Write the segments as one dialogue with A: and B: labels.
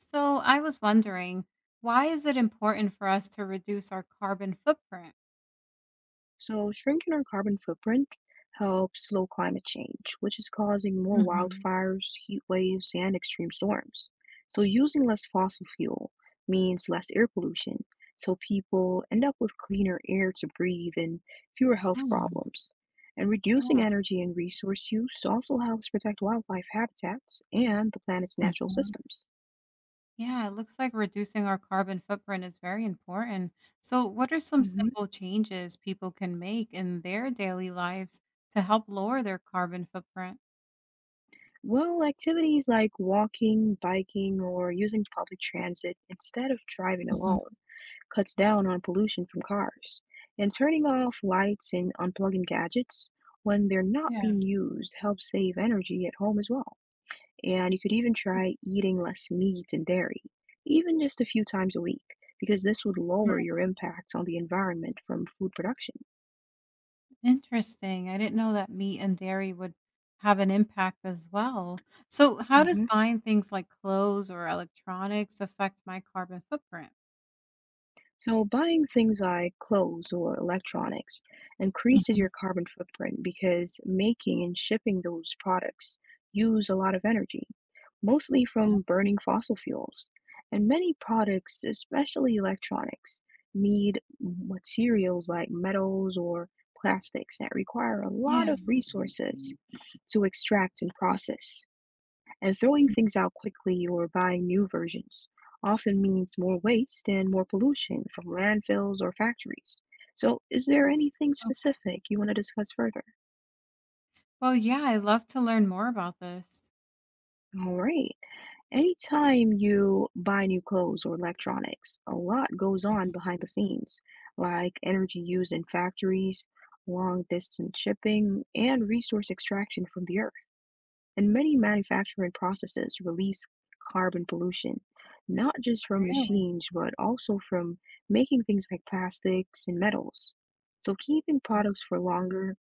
A: So I was wondering, why is it important for us to reduce our carbon footprint?
B: So, shrinking our carbon footprint helps slow climate change, which is causing more
A: Hmm.
B: wildfires, heat waves, and extreme storms. So, using less fossil fuel means less air pollution. So, people end up with cleaner air to breathe and fewer health
A: Oh,
B: problems. And
A: yeah.
B: reducing energy and resource use also helps protect wildlife habitats and the planet's natural
A: Hmm.
B: systems.
A: Yeah, it looks like reducing our carbon footprint is very important. So, what are some
B: hmm
A: simple changes people can make in their daily lives to help lower their carbon footprint?
B: Well, activities like walking, biking, or using public transit instead of driving alone
A: Hmm.
B: cuts down on pollution from cars, and turning off lights and unplugging gadgets when they're not
A: Yeah.
B: being used helps save energy at home as well. And you could even try eating less meat and dairy, even just a few times a week, because this would lower
A: Right.
B: your impact on the environment from food production.
A: Interesting. I didn't know that meat and dairy would have an impact as well. So, how does
B: Mhm.
A: buying things like clothes or electronics affect my carbon footprint?
B: So, buying things like clothes or electronics increases
A: Mhm.
B: your carbon footprint because making and shipping those products use a lot of energy, mostly
A: Oh,
B: from burning fossil fuels. And many products, especially electronics, need materials like metals or plastics that require a lot
A: yeah.
B: of resources to extract and process. And throwing
A: Mm,
B: things out quickly or buying new versions often means more waste and more pollution from landfills or factories. So, is there anything
A: okay.
B: specific you want to discuss further?
A: Well, yeah, I love to learn more about this.
B: All right. Anytime you buy new clothes or electronics, a lot goes
A: Mhm.
B: on behind the scenes, like energy used in factories, long distance shipping, and resource extraction from the earth. And many manufacturing processes release carbon pollution, not just from
A: Really?
B: machines, but also from making things like plastics and metals. So, keeping
A: Mm,
B: products for longer,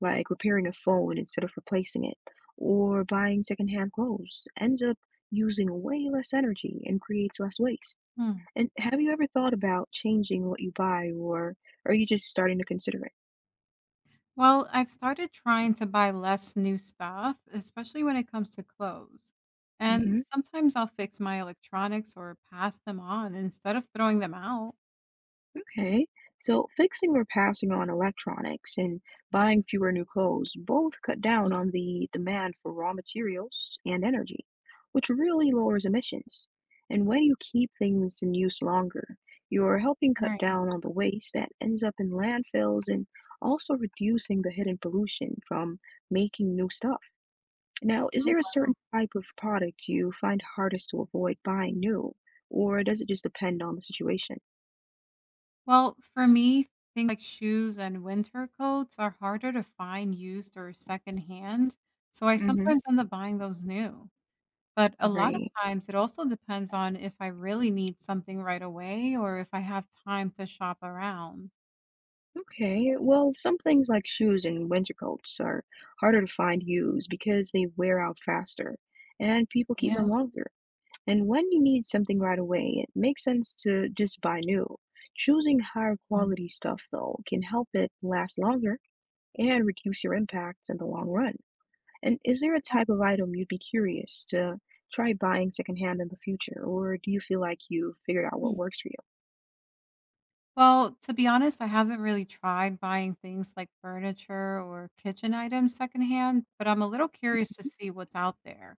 B: like repairing a phone instead of replacing it, or buying secondhand clothes, ends up using way less energy and creates less waste.
A: hmm.
B: And have you ever thought about changing what you buy, or are you just starting to consider it?
A: Well, I've started trying to buy less new stuff, especially when it comes to clothes. And
B: hmm
A: sometimes I'll fix my electronics or pass them on instead of throwing them out.
B: Okay, so fixing or passing on electronics and buying fewer new clothes both cut down
A: Mhm.
B: on the demand for raw materials and energy, which really lowers emissions. And when you keep things in use longer, you're helping cut
A: Right.
B: down on the waste that ends up in landfills and also reducing the hidden pollution from making new stuff. Now, is there
A: Oh.
B: a certain type of product you find hardest to avoid buying new, or does it just depend on the situation?
A: Well, for me, things like shoes and winter coats are harder to find used or secondhand, so I
B: hmm
A: sometimes end up buying those new. But a lot of
B: Right.
A: times it also depends on if I really need something right away or if I have time to shop around.
B: Okay, well, some things like shoes and winter coats are harder to find used because they wear out faster and people keep
A: Yeah.
B: them longer. And when you need something right away, it makes sense to just buy new. Choosing higher quality stuff, though, can help it last longer and reduce your impacts in the long run. And is there a type of item you'd be curious to try buying secondhand in the future, or do you feel like you've figured out what
A: Okay.
B: works for you?
A: Well, to be honest, I haven't really tried buying things like furniture or kitchen items secondhand, but I'm a little curious to see what's out there.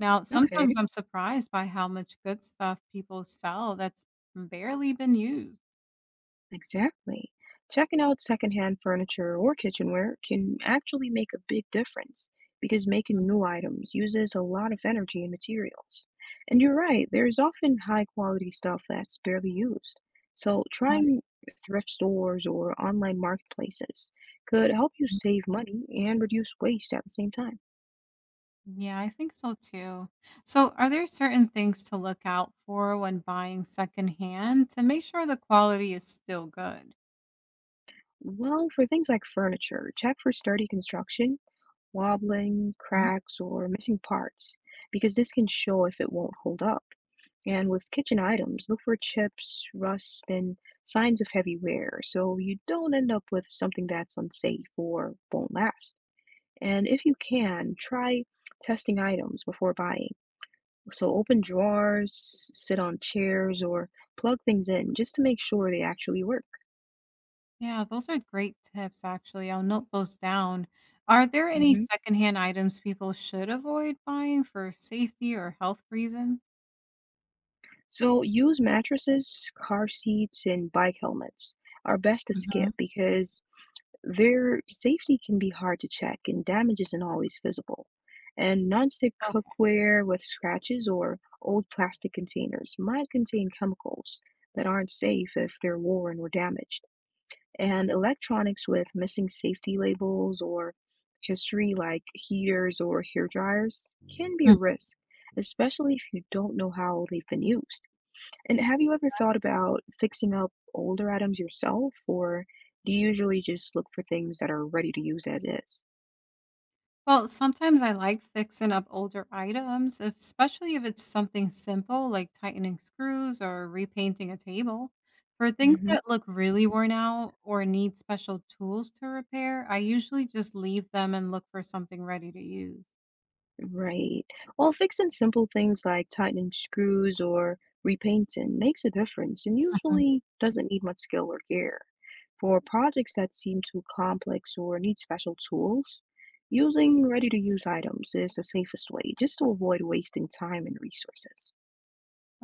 A: Now, sometimes
B: Okay.
A: I'm surprised by how much good stuff people sell that's barely been used.
B: Exactly. Checking out secondhand furniture or kitchenware can actually make a big difference because making new items uses a lot of energy and materials. And you're right, there's often high quality stuff that's barely used. So
A: Right.
B: trying thrift stores or online marketplaces could help you save money and reduce waste at the same time.
A: Yeah, I think so too. So, are there certain things to look out for when buying secondhand to make sure the quality is still good?
B: Well, for things like furniture, check for sturdy construction, wobbling,
A: Mhm.
B: cracks, or missing parts because this can show if it won't hold up. And with kitchen items, look for chips, rust, and signs of heavy wear so you don't end up with something that's unsafe or won't last. And if you can, try testing items before buying. So open drawers, sit on chairs, or plug things in just to make sure they actually work.
A: Yeah, those are great tips, actually. I'll note those down. Are there any
B: hmm
A: secondhand items people should avoid buying for safety or health reasons?
B: So use mattresses, car seats, and bike helmets are best to
A: Mhm.
B: skip because their safety can be hard to check, and damage isn't always visible. And nonstick
A: Okay.
B: cookware with scratches or old plastic containers might contain chemicals that aren't safe if they're worn or damaged. And electronics with missing safety labels or history, like heaters or hair dryers, can be a risk, especially if you don't know how they've been used. And have you ever thought about fixing up older items yourself, or do you usually just look for things that are ready to use as is?
A: Well, sometimes I like fixing up older items, especially if it's something simple like tightening screws or repainting a table. For things
B: hmm
A: that look really worn out or need special tools to repair, I usually just leave them and look for something ready to use.
B: Right. Well, fixing simple things like tightening screws or repainting makes a difference and
A: Mhm.
B: usually doesn't need much skill or gear. For projects that seem too complex or need special tools, using ready-to-use items is the safest way, just to avoid wasting time and resources.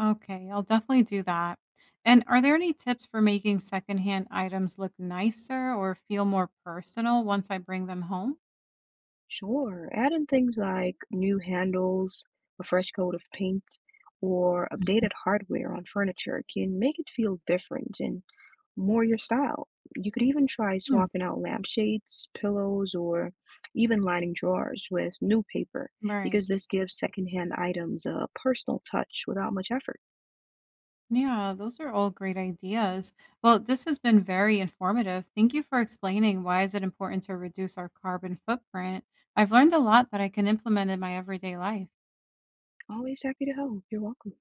A: Okay, I'll definitely do that. And are there any tips for making secondhand items look nicer or feel more personal once I bring them home?
B: Sure. Add in things like new handles, a fresh coat of paint, or
A: Mhm.
B: updated hardware on furniture can make it feel different and more your style. You could even try
A: Hmm.
B: swapping out lampshades, pillows, or even lining drawers with new paper
A: Right.
B: because this gives secondhand items a personal touch without much effort.
A: Yeah, those are all great ideas. Well, this has been very informative. Thank you for explaining why is it important to reduce our carbon footprint. I've learned a lot that I can implement in my everyday life.
B: Always happy to help. You're welcome.